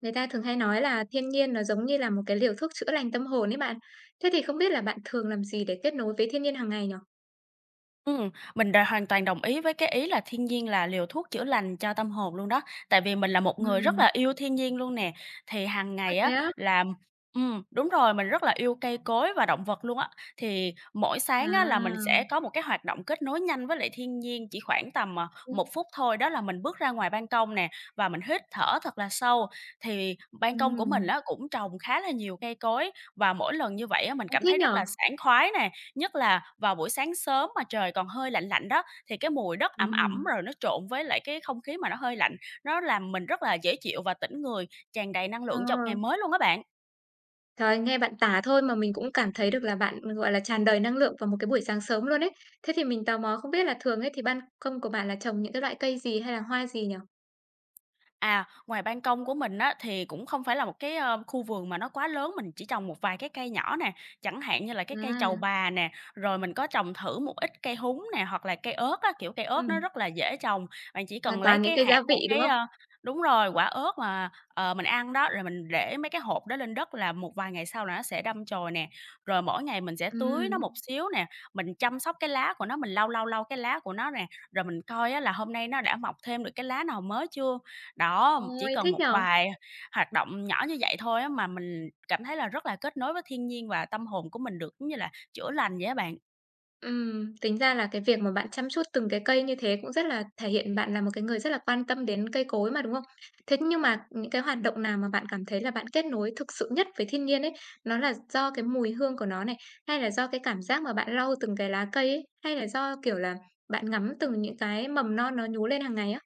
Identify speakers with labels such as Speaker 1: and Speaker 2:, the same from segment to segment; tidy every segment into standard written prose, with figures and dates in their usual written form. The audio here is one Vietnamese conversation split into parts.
Speaker 1: Người ta thường hay nói là thiên nhiên nó giống như là một cái liều thuốc chữa lành tâm hồn ấy bạn. Thế thì không biết là bạn thường làm gì để kết nối với thiên nhiên hàng ngày nhỉ?
Speaker 2: Mình hoàn toàn đồng ý với cái ý là thiên nhiên là liều thuốc chữa lành cho tâm hồn luôn đó. Tại vì mình là một người rất
Speaker 1: Ừm,
Speaker 2: là yêu thiên nhiên luôn nè, thì hàng
Speaker 1: ơ,
Speaker 2: ngày á
Speaker 1: thế á?
Speaker 2: là đúng rồi, mình rất là yêu cây cối và động vật luôn á. Thì mỗi sáng á là mình
Speaker 1: À,
Speaker 2: sẽ có một cái hoạt động kết nối nhanh với lại thiên nhiên chỉ khoảng tầm, ờ,
Speaker 1: ưm,
Speaker 2: 1 phút thôi, đó là mình bước ra ngoài ban công nè, và mình hít thở thật là sâu. Thì ban công của
Speaker 1: ừm,
Speaker 2: mình á cũng trồng khá là nhiều cây cối, và mỗi lần như vậy á mình
Speaker 1: ơ,
Speaker 2: cảm
Speaker 1: thế
Speaker 2: thấy rất
Speaker 1: nhở?
Speaker 2: là sảng khoái nè. Nhất là vào buổi sáng sớm mà trời còn hơi lạnh lạnh đó, thì cái mùi đất ẩm ẩm
Speaker 1: Ừm,
Speaker 2: rồi nó trộn với lại cái không khí mà nó hơi lạnh, nó làm mình rất là dễ chịu và tỉnh người, tràn đầy năng
Speaker 1: ờ.
Speaker 2: lượng cho một ngày mới luôn các bạn.
Speaker 1: Trời ơi, nghe bạn tả thôi mà mình cũng cảm thấy được là bạn, gọi là, tràn đầy năng lượng vào một cái buổi sáng sớm luôn ấy. Thế thì mình tò mò không biết là thường ấy thì ban công của bạn là trồng những cái loại cây gì hay là hoa gì nhỉ?
Speaker 2: À, ngoài ban công của mình á, thì cũng không phải là một cái, ơ, khu vườn mà nó quá lớn, mình chỉ trồng một vài cái cây nhỏ nè, chẳng hạn như là cái cây trầu
Speaker 1: À,
Speaker 2: bà nè, rồi mình có trồng thử một ít cây húng nè, hoặc là cây ớt á, kiểu, cây ớt
Speaker 1: ừm,
Speaker 2: nó rất là dễ trồng. Bạn chỉ
Speaker 1: à,
Speaker 2: cần lấy
Speaker 1: toàn những
Speaker 2: cái
Speaker 1: cây
Speaker 2: hạt
Speaker 1: gia
Speaker 2: của
Speaker 1: vị, đúng
Speaker 2: cái,
Speaker 1: không?
Speaker 2: đúng rồi, quả ớt mà, mình ăn đó, rồi mình để mấy cái hộp đó lên đất là một vài ngày sau là nó sẽ đâm chồi nè. Rồi mỗi ngày mình sẽ tưới
Speaker 1: Ừm,
Speaker 2: nó một xíu nè, mình chăm sóc cái lá của nó, mình lau, lau, lau cái lá của nó nè, rồi mình coi á là hôm nay nó đã mọc thêm được cái lá nào mới chưa? Đó, chỉ
Speaker 1: ôi,
Speaker 2: cần
Speaker 1: thích
Speaker 2: một
Speaker 1: nhỉ?
Speaker 2: vài hoạt động nhỏ như vậy thôi á mà mình cảm thấy là rất là kết nối với thiên nhiên và tâm hồn của mình được giống như là chữa lành vậy á bạn.
Speaker 1: Tính ra là cái việc mà bạn chăm chút từng cái cây như thế cũng rất là thể hiện bạn là một cái người rất là quan tâm đến cây cối mà, đúng không? Thế nhưng mà những cái hoạt động nào mà bạn cảm thấy là bạn kết nối thực sự nhất với thiên nhiên ấy, nó là do cái mùi hương của nó này, hay là do cái cảm giác mà bạn lau từng cái lá cây ấy, hay là do, kiểu là, bạn ngắm từng những cái mầm non nó nhú lên hàng ngày á?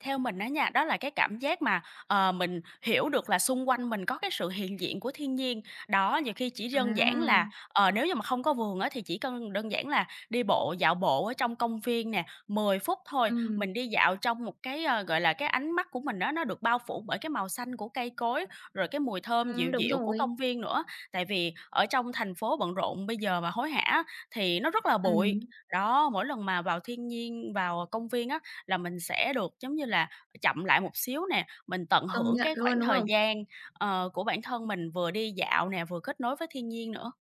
Speaker 2: Theo mình á nha, đó là cái cảm giác mà, ờ, mình hiểu được là xung quanh mình có cái sự hiện diện của thiên nhiên. Đó, nhiều khi chỉ đơn giản là,
Speaker 1: À,
Speaker 2: ờ, nếu như mà không có vườn á thì chỉ cần đơn giản là đi bộ, dạo bộ ở trong công viên nè, 10 phút thôi,
Speaker 1: ừm,
Speaker 2: mình đi dạo trong một cái, ờ, gọi là, cái ánh mắt của mình đó nó được bao phủ bởi cái màu xanh của cây cối, rồi cái mùi thơm dịu
Speaker 1: đúng
Speaker 2: dịu của
Speaker 1: rồi,
Speaker 2: công viên nữa. Tại vì ở trong thành phố bận rộn bây giờ mà hối hả thì nó rất là bụi.
Speaker 1: ừm,
Speaker 2: Đó, mỗi lần mà vào thiên nhiên, vào công viên á là mình sẽ được giống như là chậm lại một xíu nè, mình tận
Speaker 1: công
Speaker 2: hưởng
Speaker 1: nhận
Speaker 2: cái khoảng
Speaker 1: luôn, đúng
Speaker 2: thời
Speaker 1: không?
Speaker 2: gian, ờ, của bản thân mình vừa đi dạo nè, vừa kết nối với thiên nhiên nữa.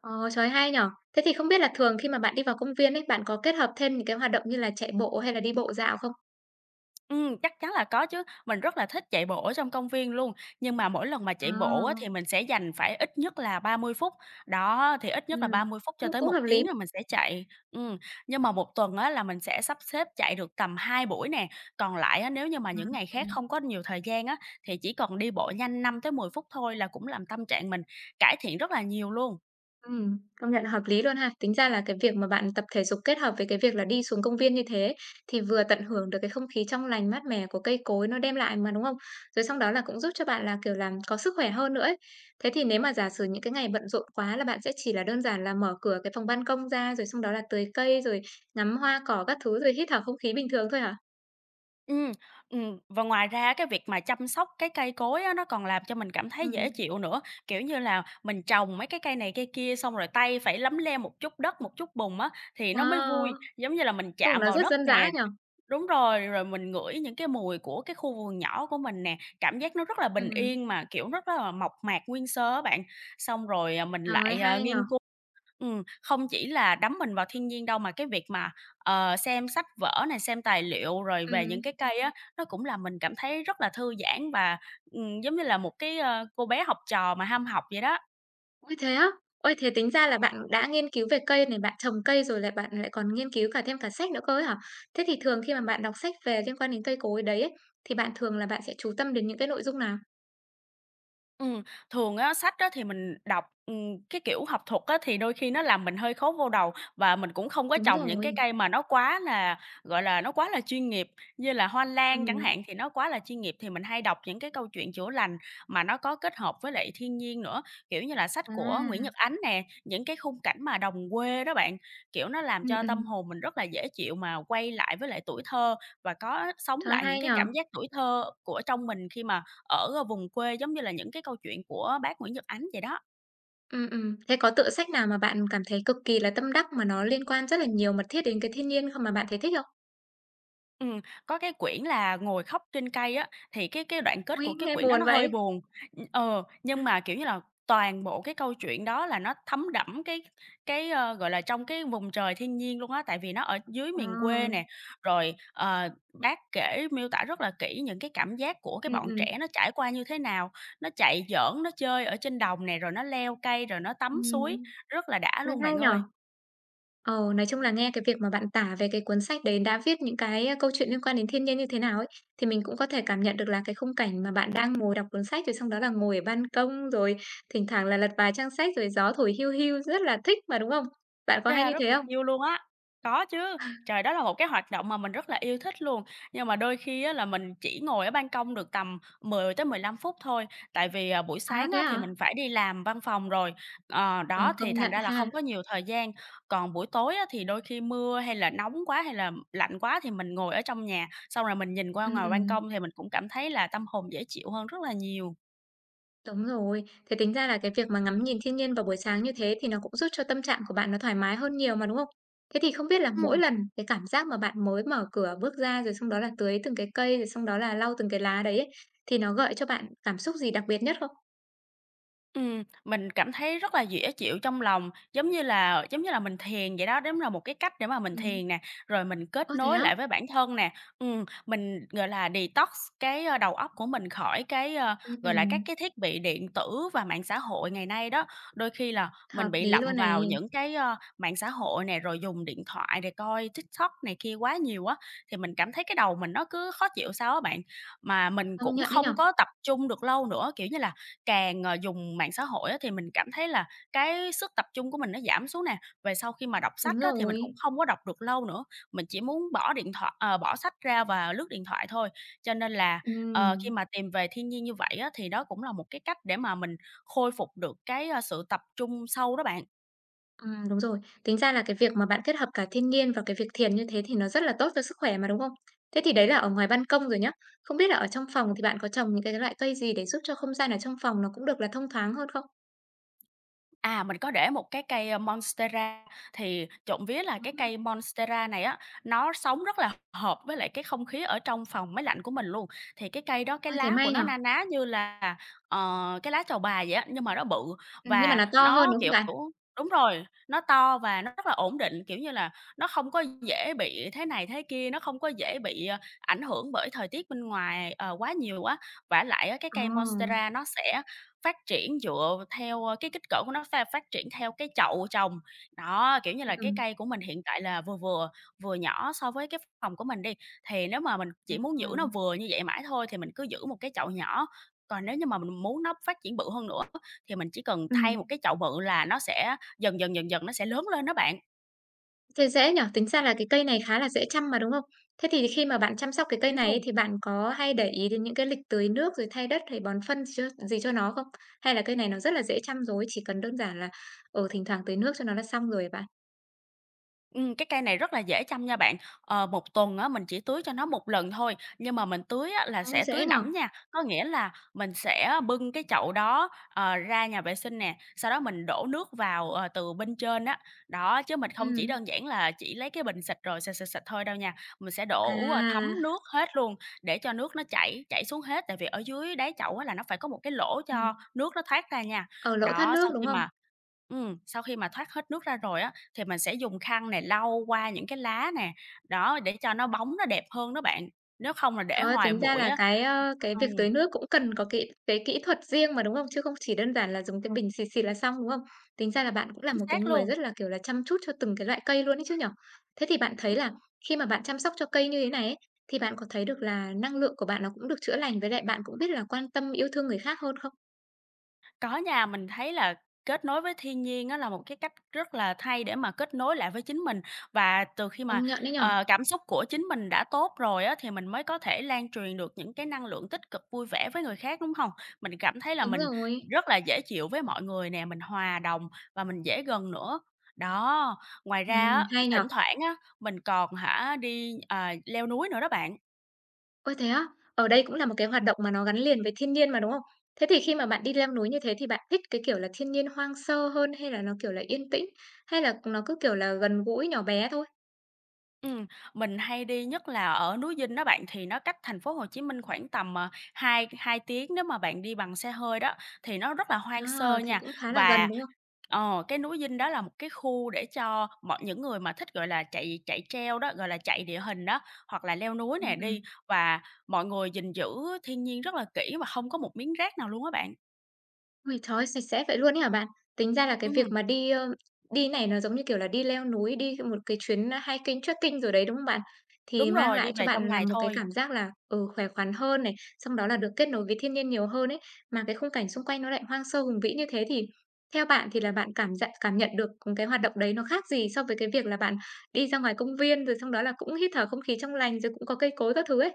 Speaker 1: Ờ, trời, hay nhỉ! Thế thì không biết là thường khi mà bạn đi vào công viên ấy, bạn có kết hợp thêm những cái hoạt động như là chạy bộ hay là đi bộ dạo không?
Speaker 2: Chắc chắn là có chứ. Mình rất là thích chạy bộ ở trong công viên luôn, nhưng mà mỗi lần mà
Speaker 1: Ờ,
Speaker 2: chạy bộ á, thì mình sẽ dành phải ít nhất là 30 phút. Đó, thì ít nhất là ba
Speaker 1: ừm,
Speaker 2: mươi phút cho
Speaker 1: cũng
Speaker 2: tới
Speaker 1: cũng
Speaker 2: một
Speaker 1: hợp lý.
Speaker 2: tiếng là mình sẽ chạy. Nhưng mà một tuần á, là mình sẽ sắp xếp chạy được tầm 2 buổi nè, còn lại á, nếu như mà những ngày khác
Speaker 1: Ừm.
Speaker 2: không có nhiều thời gian á, thì chỉ cần đi bộ nhanh 5 tới 10 phút thôi là cũng làm tâm trạng mình cải thiện rất là nhiều luôn.
Speaker 1: Công nhận hợp lý luôn ha. Tính ra là cái việc mà bạn tập thể dục kết hợp với cái việc là đi xuống công viên như thế thì vừa tận hưởng được cái không khí trong lành mát mẻ của cây cối nó đem lại mà, đúng không? Rồi xong đó là cũng giúp cho bạn là, kiểu làm có sức khỏe hơn nữa ấy. Thế thì nếu mà giả sử những cái ngày bận rộn quá là bạn sẽ chỉ là đơn giản là mở cửa cái phòng ban công ra, rồi xong đó là tưới cây, rồi ngắm hoa cỏ các thứ, rồi hít thở không khí bình thường thôi hả?
Speaker 2: Ừm, và ngoài ra cái việc mà chăm sóc cái cây cối á, nó còn làm cho mình cảm thấy dễ
Speaker 1: Ừm.
Speaker 2: chịu nữa, kiểu như là, mình trồng mấy cái cây này cây kia xong rồi tay phải lấm lem một chút đất, một chút bùn á, thì nó mới
Speaker 1: Wow!
Speaker 2: vui. Giống như là mình
Speaker 1: Tưởng
Speaker 2: chạm
Speaker 1: nó
Speaker 2: vào
Speaker 1: rất
Speaker 2: đất
Speaker 1: dân dã
Speaker 2: nè,
Speaker 1: nhở.
Speaker 2: đúng rồi, rồi mình ngửi những cái mùi của cái khu vườn nhỏ của mình nè, cảm giác nó rất là bình
Speaker 1: Ừm,
Speaker 2: yên mà, kiểu, rất là mộc mạc nguyên sơ á bạn. Xong rồi, à, mình
Speaker 1: trời
Speaker 2: lại, à,
Speaker 1: hay
Speaker 2: nghiên
Speaker 1: nhở.
Speaker 2: cứu. Không chỉ là đắm mình vào thiên nhiên đâu mà cái việc mà, ờ, xem sách vở này, xem tài liệu rồi về
Speaker 1: Ừm.
Speaker 2: những cái cây á, nó cũng làm mình cảm thấy rất là thư giãn và, giống như là một cái, ơ, cô bé học trò mà ham học vậy đó.
Speaker 1: Ôi, thế á? Ôi, thế tính ra là bạn đã nghiên cứu về cây này, bạn trồng cây rồi lại bạn lại còn nghiên cứu cả thêm cả sách nữa cơ ấy hả? Thế thì thường khi mà bạn đọc sách về liên quan đến cây cối đấy ấy, thì bạn thường là bạn sẽ chú tâm đến những cái nội dung nào?
Speaker 2: Ừm, thường á, sách á thì mình đọc, cái kiểu học thuật á, thì đôi khi nó làm mình hơi khó vô đầu và mình cũng không có
Speaker 1: Đúng
Speaker 2: trồng những cái
Speaker 1: rồi.
Speaker 2: cây mà nó quá là, gọi là, nó quá là chuyên nghiệp, như là hoa lan chẳng
Speaker 1: Ừm.
Speaker 2: hạn thì nó quá là chuyên nghiệp, thì mình hay đọc những cái câu chuyện chữa lành mà nó có kết hợp với lại thiên nhiên nữa, kiểu như là, sách của
Speaker 1: À,
Speaker 2: Nguyễn Nhật Ánh nè, những cái khung cảnh mà đồng quê đó bạn, kiểu, nó làm cho tâm
Speaker 1: ừm.
Speaker 2: hồn mình rất là dễ chịu mà quay lại với lại tuổi thơ và có sống
Speaker 1: Trời
Speaker 2: lại những
Speaker 1: hay
Speaker 2: cái
Speaker 1: nhở.
Speaker 2: cảm giác tuổi thơ của trong mình khi mà ở, ờ, vùng quê giống như là những cái câu chuyện của bác Nguyễn Nhật Ánh vậy đó.
Speaker 1: Thế có tựa sách nào mà bạn cảm thấy cực kỳ là tâm đắc mà nó liên quan rất là nhiều mật thiết đến cái thiên nhiên không mà bạn thấy thích không?
Speaker 2: Ừm, có cái quyển là "Ngồi khóc trên cây" á, thì cái đoạn kết
Speaker 1: Ôi,
Speaker 2: của cái
Speaker 1: nghe
Speaker 2: quyển đó
Speaker 1: buồn
Speaker 2: nó hơi
Speaker 1: vậy.
Speaker 2: buồn, nhưng mà, kiểu như là, toàn bộ cái câu chuyện đó là nó thấm đẫm cái, gọi là, trong cái vùng trời thiên nhiên luôn á, tại vì nó ở dưới miền
Speaker 1: À,
Speaker 2: quê nè, rồi, bác kể miêu tả rất là kỹ những cái cảm giác của cái
Speaker 1: ừm,
Speaker 2: bọn
Speaker 1: ừm.
Speaker 2: trẻ nó trải qua như thế nào, nó chạy giỡn, nó chơi ở trên đồng nè, rồi nó leo cây, rồi nó tắm suối,
Speaker 1: Ừm.
Speaker 2: rất là đã
Speaker 1: Thế
Speaker 2: luôn
Speaker 1: hay
Speaker 2: bạn
Speaker 1: nhở.
Speaker 2: ơi.
Speaker 1: Ờ, nói chung là nghe cái việc mà bạn tả về cái cuốn sách đấy đã viết những cái, a, câu chuyện liên quan đến thiên nhiên như thế nào ấy, thì mình cũng có thể cảm nhận được là cái khung cảnh mà bạn đang ngồi đọc cuốn sách, rồi xong đó là ngồi ở ban công, rồi thỉnh thoảng là lật vài trang sách, rồi gió thổi hiu hiu rất là thích mà, đúng không? Bạn có hay
Speaker 2: Chà,
Speaker 1: như
Speaker 2: rất
Speaker 1: thế
Speaker 2: là
Speaker 1: không?
Speaker 2: chill luôn á. Có chứ, trời, đó là một cái hoạt động mà mình rất là yêu thích luôn, nhưng mà đôi khi á là mình chỉ ngồi ở ban công được tầm 10 tới 15 phút thôi, tại vì, à, buổi
Speaker 1: À,
Speaker 2: sáng
Speaker 1: thế
Speaker 2: á thì mình
Speaker 1: hả?
Speaker 2: phải đi làm văn phòng rồi,
Speaker 1: Ờ,
Speaker 2: đó, thì
Speaker 1: công
Speaker 2: thành
Speaker 1: nhận
Speaker 2: ra là
Speaker 1: ha.
Speaker 2: không có nhiều thời gian. Còn buổi tối á thì đôi khi mưa hay là nóng quá hay là lạnh quá thì mình ngồi ở trong nhà, xong rồi mình nhìn qua
Speaker 1: Ừm,
Speaker 2: ngoài ban
Speaker 1: ừm.
Speaker 2: công thì mình cũng cảm thấy là tâm hồn dễ chịu hơn rất là nhiều.
Speaker 1: Đúng rồi, thế tính ra là cái việc mà ngắm nhìn thiên nhiên vào buổi sáng như thế thì nó cũng giúp cho tâm trạng của bạn nó thoải mái hơn nhiều mà, đúng không? Thế thì không biết là mỗi
Speaker 2: Ừm.
Speaker 1: lần cái cảm giác mà bạn mới mở cửa bước ra rồi xong đó là tưới từng cái cây rồi xong đó là lau từng cái lá đấy ấy, thì nó gợi cho bạn cảm xúc gì đặc biệt nhất không?
Speaker 2: Mình cảm thấy rất là dễ chịu trong lòng, giống như là mình thiền vậy đó, đúng là một cái cách để mà mình
Speaker 1: Ừm.
Speaker 2: thiền nè, rồi mình
Speaker 1: Ơ,
Speaker 2: kết
Speaker 1: thế
Speaker 2: nối
Speaker 1: á?
Speaker 2: lại với bản thân nè. Mình, gọi là, detox cái, ơ, đầu óc của mình khỏi cái,
Speaker 1: Ừm,
Speaker 2: gọi là, các
Speaker 1: ừm,
Speaker 2: cái thiết bị điện tử và mạng xã hội ngày nay đó. Đôi khi là
Speaker 1: hợp
Speaker 2: mình bị
Speaker 1: lý
Speaker 2: lậm
Speaker 1: luôn này,
Speaker 2: vào những cái, ơ, mạng xã hội này rồi dùng điện thoại để coi TikTok này kia quá nhiều á, thì mình cảm thấy cái đầu mình nó cứ khó chịu sao á bạn. Mà mình
Speaker 1: công
Speaker 2: cũng
Speaker 1: nhận đấy nhở?
Speaker 2: không có tập trung được lâu nữa, kiểu như là, càng, ờ, dùng mạng xã hội á thì mình cảm thấy là cái sức tập trung của mình nó giảm xuống nè. Về sau khi mà đọc sách
Speaker 1: Đúng
Speaker 2: á thì mình cũng
Speaker 1: rồi,
Speaker 2: không có đọc được lâu nữa, mình chỉ muốn bỏ điện thoại, bỏ sách ra và lướt điện thoại thôi. Cho nên là, khi
Speaker 1: ừm.
Speaker 2: mà tìm về thiên nhiên như vậy á thì đó cũng là một cái cách để mà mình khôi phục được cái, a, sự tập trung sâu đó bạn.
Speaker 1: Đúng rồi. Tính ra là cái việc mà bạn kết hợp cả thiên nhiên và cái việc thiền như thế thì nó rất là tốt cho sức khỏe mà, đúng không? Thế thì đấy là ở ngoài ban công rồi nhá. Không biết là ở trong phòng thì bạn có trồng những cái loại cây gì để giúp cho không gian ở trong phòng nó cũng được là thông thoáng hơn không?
Speaker 2: À, mình có để một cái cây, Monstera, thì trộm vía là cái
Speaker 1: Ừm,
Speaker 2: cây Monstera này á, nó sống rất là hợp với lại cái không khí ở trong phòng máy lạnh của mình luôn. Thì cái cây đó cái
Speaker 1: ôi, thế
Speaker 2: lá của
Speaker 1: may
Speaker 2: nó
Speaker 1: nhở.
Speaker 2: na ná như là, cái lá trầu bà vậy á, nhưng mà nó bự
Speaker 1: Nhưng mà
Speaker 2: và
Speaker 1: nó to hơn,
Speaker 2: nó,
Speaker 1: đúng không
Speaker 2: kiểu
Speaker 1: bạn?
Speaker 2: đúng rồi, nó to và nó rất là ổn định, kiểu như là, nó không có dễ bị thế này thế kia, nó không có dễ bị, ờ, ảnh hưởng bởi thời tiết bên ngoài, ờ, quá nhiều á. Vả lại á, cái
Speaker 1: Ờ,
Speaker 2: cây Monstera nó sẽ phát triển dựa theo cái kích cỡ của nó, phát triển theo cái chậu trồng. Đó, kiểu như là, cái
Speaker 1: ừm.
Speaker 2: cây của mình hiện tại là vừa vừa, vừa nhỏ so với cái phòng của mình đi, thì nếu mà mình chỉ muốn giữ
Speaker 1: À.
Speaker 2: nó vừa như vậy mãi thôi thì mình cứ giữ một cái chậu nhỏ, còn nếu như mà mình muốn nó phát triển bự hơn nữa thì mình chỉ cần thay một cái chậu bự là nó sẽ dần dần, dần dần nó sẽ lớn lên đó bạn.
Speaker 1: Thế dễ nhỉ? Tính ra là cái cây này khá là dễ chăm mà, đúng không? Thế thì khi mà bạn chăm sóc cái cây
Speaker 2: Chính xác.
Speaker 1: này ấy,
Speaker 2: Luôn.
Speaker 1: thì bạn có hay để ý đến những cái lịch tưới nước, rồi thay đất hay bón phân gì cho nó không? Hay là cây này nó rất là dễ chăm rồi, chỉ cần đơn giản là, ở thỉnh thoảng tưới nước cho nó là xong rồi hả bạn?
Speaker 2: Cái cây này rất là dễ chăm nha bạn. 1 tuần á, mình chỉ tưới cho nó một lần thôi, nhưng mà mình tưới á, là
Speaker 1: Ô,
Speaker 2: sẽ tưới
Speaker 1: dễ nhỉ?
Speaker 2: đẫm nha. Có nghĩa là mình sẽ bưng cái chậu đó, ra nhà vệ sinh nè, sau đó mình đổ nước vào, từ bên trên á. Đó, chứ mình không chỉ
Speaker 1: Ừm.
Speaker 2: đơn giản là chỉ lấy cái bình xịt rồi xịt, xịt, xịt thôi đâu nha. Mình sẽ đổ, thấm
Speaker 1: À,
Speaker 2: nước hết luôn để cho nước nó chảy chảy xuống hết, tại vì ở dưới đáy chậu á, là nó phải có một cái lỗ
Speaker 1: ừm,
Speaker 2: cho nước nó thoát ra nha.
Speaker 1: ờ, lỗ thoát
Speaker 2: Đó,
Speaker 1: nước, đúng không?
Speaker 2: sau khi mà thoát hết nước ra rồi á, thì mình sẽ dùng khăn này lau qua những cái lá nè, đó, để cho nó bóng nó đẹp hơn đó bạn, nếu không là để
Speaker 1: Trời ơi,
Speaker 2: hoài
Speaker 1: tính ra
Speaker 2: bụi
Speaker 1: là
Speaker 2: á
Speaker 1: cái, ơ, cái
Speaker 2: ừm,
Speaker 1: việc tưới nước cũng cần có cái kỹ thuật riêng mà, đúng không? Chứ không chỉ đơn giản là dùng cái bình xịt xịt là xong, đúng không? Tính ra là bạn cũng là
Speaker 2: chính
Speaker 1: một cái
Speaker 2: xác
Speaker 1: người
Speaker 2: luôn.
Speaker 1: rất là, kiểu là, chăm chút cho từng cái loại cây luôn ấy chứ nhỉ? Thế thì bạn thấy là khi mà bạn chăm sóc cho cây như thế này ấy, thì bạn có thấy được là năng lượng của bạn nó cũng được chữa lành, với lại bạn cũng biết là quan tâm yêu thương người khác hơn không?
Speaker 2: Có nha, mình thấy là kết nối với thiên nhiên á là một cái cách rất là hay để mà kết nối lại với chính mình. Và từ khi mà,
Speaker 1: Công nhận đấy nhỉ?
Speaker 2: ờ, cảm xúc của chính mình đã tốt rồi á, thì mình mới có thể lan truyền được những cái năng lượng tích cực, vui vẻ với người khác, đúng không? Mình cảm thấy là
Speaker 1: Đúng
Speaker 2: mình
Speaker 1: rồi.
Speaker 2: rất là dễ chịu với mọi người nè, mình hòa đồng và mình dễ gần nữa. Đó, ngoài ra á,
Speaker 1: Hay nhỉ?
Speaker 2: thỉnh thoảng á, mình còn hả đi, à, leo núi nữa đó bạn.
Speaker 1: Ôi, thế á? Ờ, đây cũng là một cái hoạt động mà nó gắn liền với thiên nhiên mà, đúng không? Thế thì khi mà bạn đi leo núi như thế thì bạn thích cái kiểu là thiên nhiên hoang sơ hơn hay là nó, kiểu là, yên tĩnh, hay là nó cứ, kiểu là, gần gũi, nhỏ bé thôi?
Speaker 2: Ừm, mình hay đi nhất là ở núi Dinh đó bạn, thì nó cách thành phố Hồ Chí Minh khoảng tầm, hai hai tiếng nếu mà bạn đi bằng xe hơi đó, thì nó rất là hoang
Speaker 1: À,
Speaker 2: sơ
Speaker 1: thế
Speaker 2: nha.
Speaker 1: cũng khá là gần,
Speaker 2: Và,
Speaker 1: đúng không?
Speaker 2: ờ, cái núi Dinh đó là một cái khu để cho mọi những người mà thích, gọi là, chạy chạy treo đó, gọi là, chạy địa hình đó, hoặc là leo núi
Speaker 1: Ừm,
Speaker 2: nè,
Speaker 1: ừm.
Speaker 2: đi và mọi người gìn giữ thiên nhiên rất là kỹ và không có một miếng rác nào luôn á bạn.
Speaker 1: Ôi, trời ơi, sạch sẽ vậy luôn ấy hả bạn? Tính ra là cái việc
Speaker 2: Ừm,
Speaker 1: mà đi, ơ, đi này nó giống như, kiểu là, đi leo núi, đi một cái chuyến hiking, trekking rồi đấy, đúng không bạn? Thì
Speaker 2: đúng
Speaker 1: mang
Speaker 2: rồi, đi
Speaker 1: lại cho
Speaker 2: về trong
Speaker 1: bạn là
Speaker 2: ngày
Speaker 1: một cái
Speaker 2: thôi.
Speaker 1: cảm giác là, ừ, khỏe khoắn hơn này, xong đó là được kết nối với thiên nhiên nhiều hơn ấy, mà cái khung cảnh xung quanh nó lại hoang sơ hùng vĩ như thế thì theo bạn thì là bạn cảm nhận được, cái hoạt động đấy nó khác gì so với cái việc là bạn đi ra ngoài công viên, rồi xong đó là cũng hít thở không khí trong lành, rồi cũng có cây cối các thứ ấy?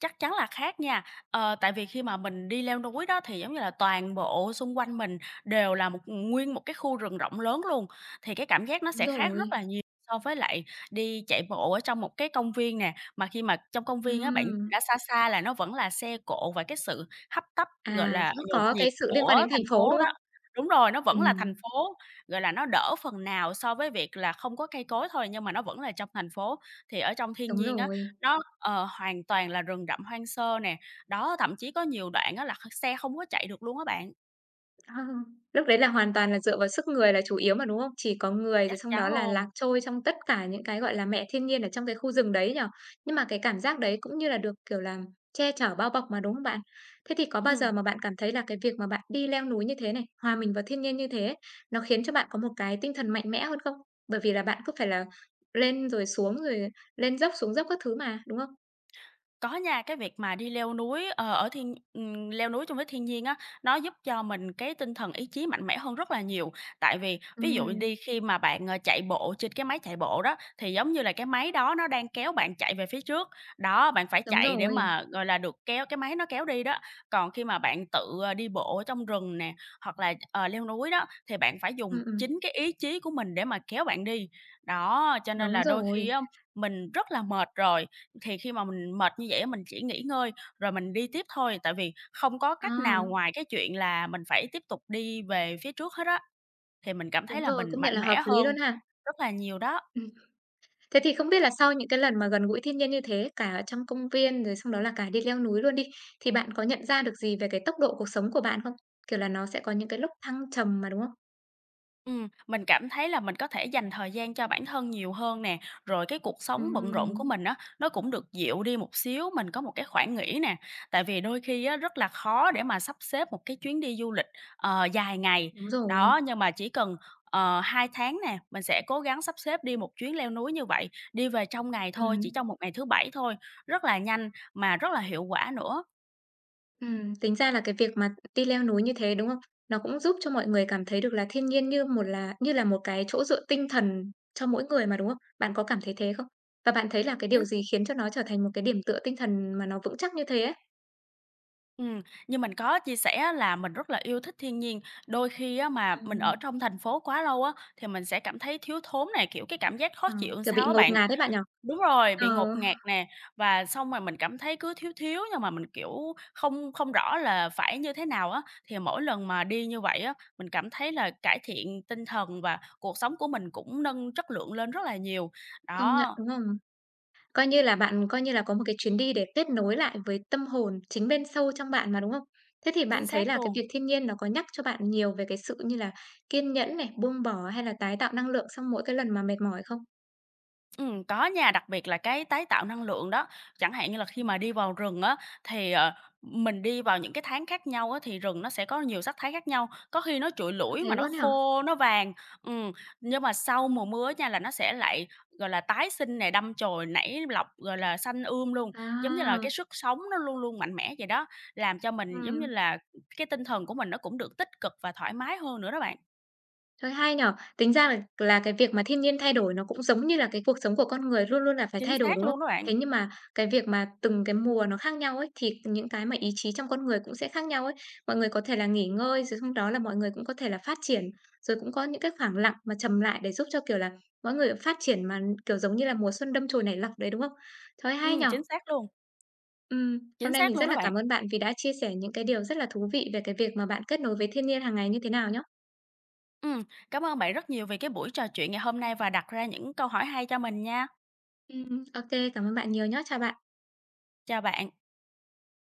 Speaker 2: Chắc chắn là khác nha. Tại vì khi mà mình đi leo núi đó thì, giống như là, toàn bộ xung quanh mình đều là một nguyên một cái khu rừng rộng lớn luôn, thì cái cảm giác nó
Speaker 1: Đúng
Speaker 2: sẽ khác rất
Speaker 1: rồi,
Speaker 2: là nhiều so với lại đi chạy bộ ở trong một cái công viên nè. Mà khi mà trong công viên á, bạn
Speaker 1: ừm.
Speaker 2: đã xa xa là nó vẫn là xe cộ và cái sự hấp tấp, gọi
Speaker 1: À,
Speaker 2: là,
Speaker 1: cũng
Speaker 2: nhộn
Speaker 1: có cái
Speaker 2: nhịp
Speaker 1: sự liên quan
Speaker 2: của
Speaker 1: đến thành
Speaker 2: thành
Speaker 1: phố,
Speaker 2: phố
Speaker 1: đúng
Speaker 2: đó.
Speaker 1: không?
Speaker 2: Đúng rồi, nó vẫn là
Speaker 1: Ừm,
Speaker 2: thành phố, gọi là, nó đỡ phần nào so với việc là không có cây cối thôi, nhưng mà nó vẫn là trong thành phố. Thì ở trong thiên
Speaker 1: đúng
Speaker 2: nhiên á,
Speaker 1: rồi.
Speaker 2: nó hoàn toàn là rừng rậm hoang sơ nè. Đó, thậm chí có nhiều đoạn á là kh xe không có chạy được luôn á bạn,
Speaker 1: Ờ, lúc đấy là hoàn toàn là dựa vào sức người là chủ yếu mà, đúng không? Chỉ có người rồi
Speaker 2: chắc
Speaker 1: xong đó
Speaker 2: chắn
Speaker 1: là lạc
Speaker 2: luôn.
Speaker 1: trôi trong tất cả những cái, gọi là, mẹ thiên nhiên ở trong cái khu rừng đấy nhỉ? Nhưng mà cái cảm giác đấy cũng như là được, kiểu là, che chở, bao bọc mà, đúng không bạn? Thế thì có bao giờ
Speaker 2: Ừm.
Speaker 1: mà bạn cảm thấy là cái việc mà bạn đi leo núi như thế này, hòa mình vào thiên nhiên như thế ấy, nó khiến cho bạn có một cái tinh thần mạnh mẽ hơn không? Bởi vì là bạn cứ phải là lên rồi xuống, rồi lên dốc, xuống dốc các thứ mà, đúng không?
Speaker 2: Có nha, cái việc mà đi leo núi, ờ, ở thiên leo núi chung với thiên nhiên á, nó giúp cho mình cái tinh thần ý chí mạnh mẽ hơn rất là nhiều. Tại vì ví dụ
Speaker 1: Ừm.
Speaker 2: đi khi mà bạn, chạy bộ trên cái máy chạy bộ đó, thì giống như là cái máy đó nó đang kéo bạn chạy về phía trước. Đó, bạn phải
Speaker 1: Đúng
Speaker 2: chạy để
Speaker 1: rồi.
Speaker 2: mà, gọi là, được kéo cái máy nó kéo đi đó. Còn khi mà bạn tự, đi bộ ở trong rừng nè, hoặc là, leo núi đó, thì bạn phải dùng
Speaker 1: Ừm, ừm,
Speaker 2: chính cái ý chí của mình để mà kéo bạn đi. Đó, cho nên
Speaker 1: đúng
Speaker 2: là đôi khi
Speaker 1: rồi.
Speaker 2: á, mình rất là mệt rồi, thì khi mà mình mệt như vậy á, mình chỉ nghỉ ngơi rồi mình đi tiếp thôi, tại vì không có cách nào
Speaker 1: À,
Speaker 2: ngoài cái chuyện là mình phải tiếp tục đi về phía trước hết á, thì mình cảm
Speaker 1: đúng
Speaker 2: thấy là
Speaker 1: rồi,
Speaker 2: mình
Speaker 1: công nhận
Speaker 2: mạnh
Speaker 1: là hợp
Speaker 2: mẽ
Speaker 1: lý
Speaker 2: hơn
Speaker 1: luôn ha.
Speaker 2: rất là nhiều đó.
Speaker 1: Ừm, thế thì không biết là sau những cái lần mà gần gũi thiên nhiên như thế, cả ở trong công viên rồi xong đó là cả đi leo núi luôn đi, thì bạn có nhận ra được gì về cái tốc độ cuộc sống của bạn không? Kiểu là, nó sẽ có những cái lúc thăng trầm mà, đúng không?
Speaker 2: Mình cảm thấy là mình có thể dành thời gian cho bản thân nhiều hơn nè, rồi cái cuộc sống bận rộn của
Speaker 1: Ừm,
Speaker 2: mình á, nó cũng được dịu đi một xíu, mình có một cái khoảng nghỉ nè. Tại vì đôi khi á, rất là khó để mà sắp xếp một cái chuyến đi du lịch, dài ngày.
Speaker 1: đúng rồi.
Speaker 2: Đó, nhưng mà chỉ cần, 2 tháng nè, mình sẽ cố gắng sắp xếp đi một chuyến leo núi như vậy, đi về trong ngày thôi,
Speaker 1: Ừm.
Speaker 2: chỉ trong một ngày thứ Bảy thôi, rất là nhanh mà rất là hiệu quả nữa.
Speaker 1: Tính ra là cái việc mà đi leo núi như thế, đúng không? Nó cũng giúp cho mọi người cảm thấy được là thiên nhiên như là một cái chỗ dựa tinh thần cho mỗi người mà, đúng không? Bạn có cảm thấy thế không? Và bạn thấy là cái điều gì khiến cho nó trở thành một cái điểm tựa tinh thần mà nó vững chắc như thế ấy?
Speaker 2: Ừm, như mình có chia sẻ á là mình rất là yêu thích thiên nhiên, đôi khi á mà mình ở
Speaker 1: Ừm.
Speaker 2: trong thành phố quá lâu á, thì mình sẽ cảm thấy thiếu thốn nè, kiểu, cái cảm giác khó
Speaker 1: Ờ,
Speaker 2: chịu làm
Speaker 1: kiểu, bị
Speaker 2: sao á
Speaker 1: ngột
Speaker 2: bạn.
Speaker 1: ngạt đấy bạn nhỉ?
Speaker 2: Đúng rồi,
Speaker 1: Ờ,
Speaker 2: bị ngột ngạt nè, và xong rồi mình cảm thấy cứ thiếu thiếu nhưng mà mình, kiểu, không không rõ là phải như thế nào á. Thì mỗi lần mà đi như vậy á, mình cảm thấy là cải thiện tinh thần và cuộc sống của mình cũng nâng chất lượng lên rất là nhiều.
Speaker 1: công nhận,
Speaker 2: Đó,
Speaker 1: đúng không? Coi như là có một cái chuyến đi để kết nối lại với tâm hồn chính bên sâu trong bạn mà, đúng không? Thế thì
Speaker 2: chính
Speaker 1: bạn thấy
Speaker 2: xác
Speaker 1: là cái
Speaker 2: luôn.
Speaker 1: việc thiên nhiên nó có nhắc cho bạn nhiều về cái sự như là kiên nhẫn này, buông bỏ hay là tái tạo năng lượng sau mỗi cái lần mà mệt mỏi không?
Speaker 2: Có nha, đặc biệt là cái tái tạo năng lượng đó. Chẳng hạn như là khi mà đi vào rừng á, thì mình đi vào những cái tháng khác nhau á, thì rừng nó sẽ có nhiều sắc thái khác nhau. Có khi nó trụi lủi
Speaker 1: Thế
Speaker 2: mà nó
Speaker 1: luôn ấy hả?
Speaker 2: khô, nó vàng, ừm, nhưng mà sau mùa mưa nha, là nó sẽ lại, gọi là, tái sinh này đâm chồi nảy lọc, gọi là, xanh luôn. Giống như là
Speaker 1: À,
Speaker 2: cái sức sống nó luôn luôn mạnh mẽ vậy đó, làm cho mình, giống như
Speaker 1: ừm.
Speaker 2: là, cái tinh thần của mình nó cũng được tích cực và thoải mái hơn nữa đó bạn.
Speaker 1: Trời, hay nhở. Tính ra là cái việc mà thiên nhiên thay đổi nó cũng giống như là cái cuộc sống của con người luôn luôn là phải
Speaker 2: Chính
Speaker 1: thay đổi,
Speaker 2: xác
Speaker 1: đúng không?
Speaker 2: luôn đó bạn.
Speaker 1: Thế nhưng mà cái việc mà từng cái mùa nó khác nhau ấy, thì những cái mà ý chí trong con người cũng sẽ khác nhau ấy. Mọi người có thể là nghỉ ngơi, rồi xong đó là mọi người cũng có thể là phát triển, rồi cũng có những cái khoảng lặng mà trầm lại để giúp cho, kiểu là, mọi người phát triển mà, kiểu, giống như là mùa xuân đâm chồi nảy lọc đấy, đúng không? Trời, hay
Speaker 2: Ừm,
Speaker 1: nhở.
Speaker 2: chính xác luôn,
Speaker 1: Hôm
Speaker 2: chính
Speaker 1: nay
Speaker 2: xác
Speaker 1: mình
Speaker 2: luôn
Speaker 1: rất
Speaker 2: đó
Speaker 1: là
Speaker 2: bạn.
Speaker 1: cảm ơn bạn vì đã chia sẻ những cái điều rất là thú vị về cái việc mà bạn kết nối với thiên nhiên hàng ngày như thế nào nhá.
Speaker 2: Ừm, cảm ơn bạn rất nhiều vì cái buổi trò chuyện ngày hôm nay và đặt ra những câu hỏi hay cho mình nha.
Speaker 1: Ô cảm ơn bạn nhiều nhá. Chào bạn.
Speaker 2: Chào bạn.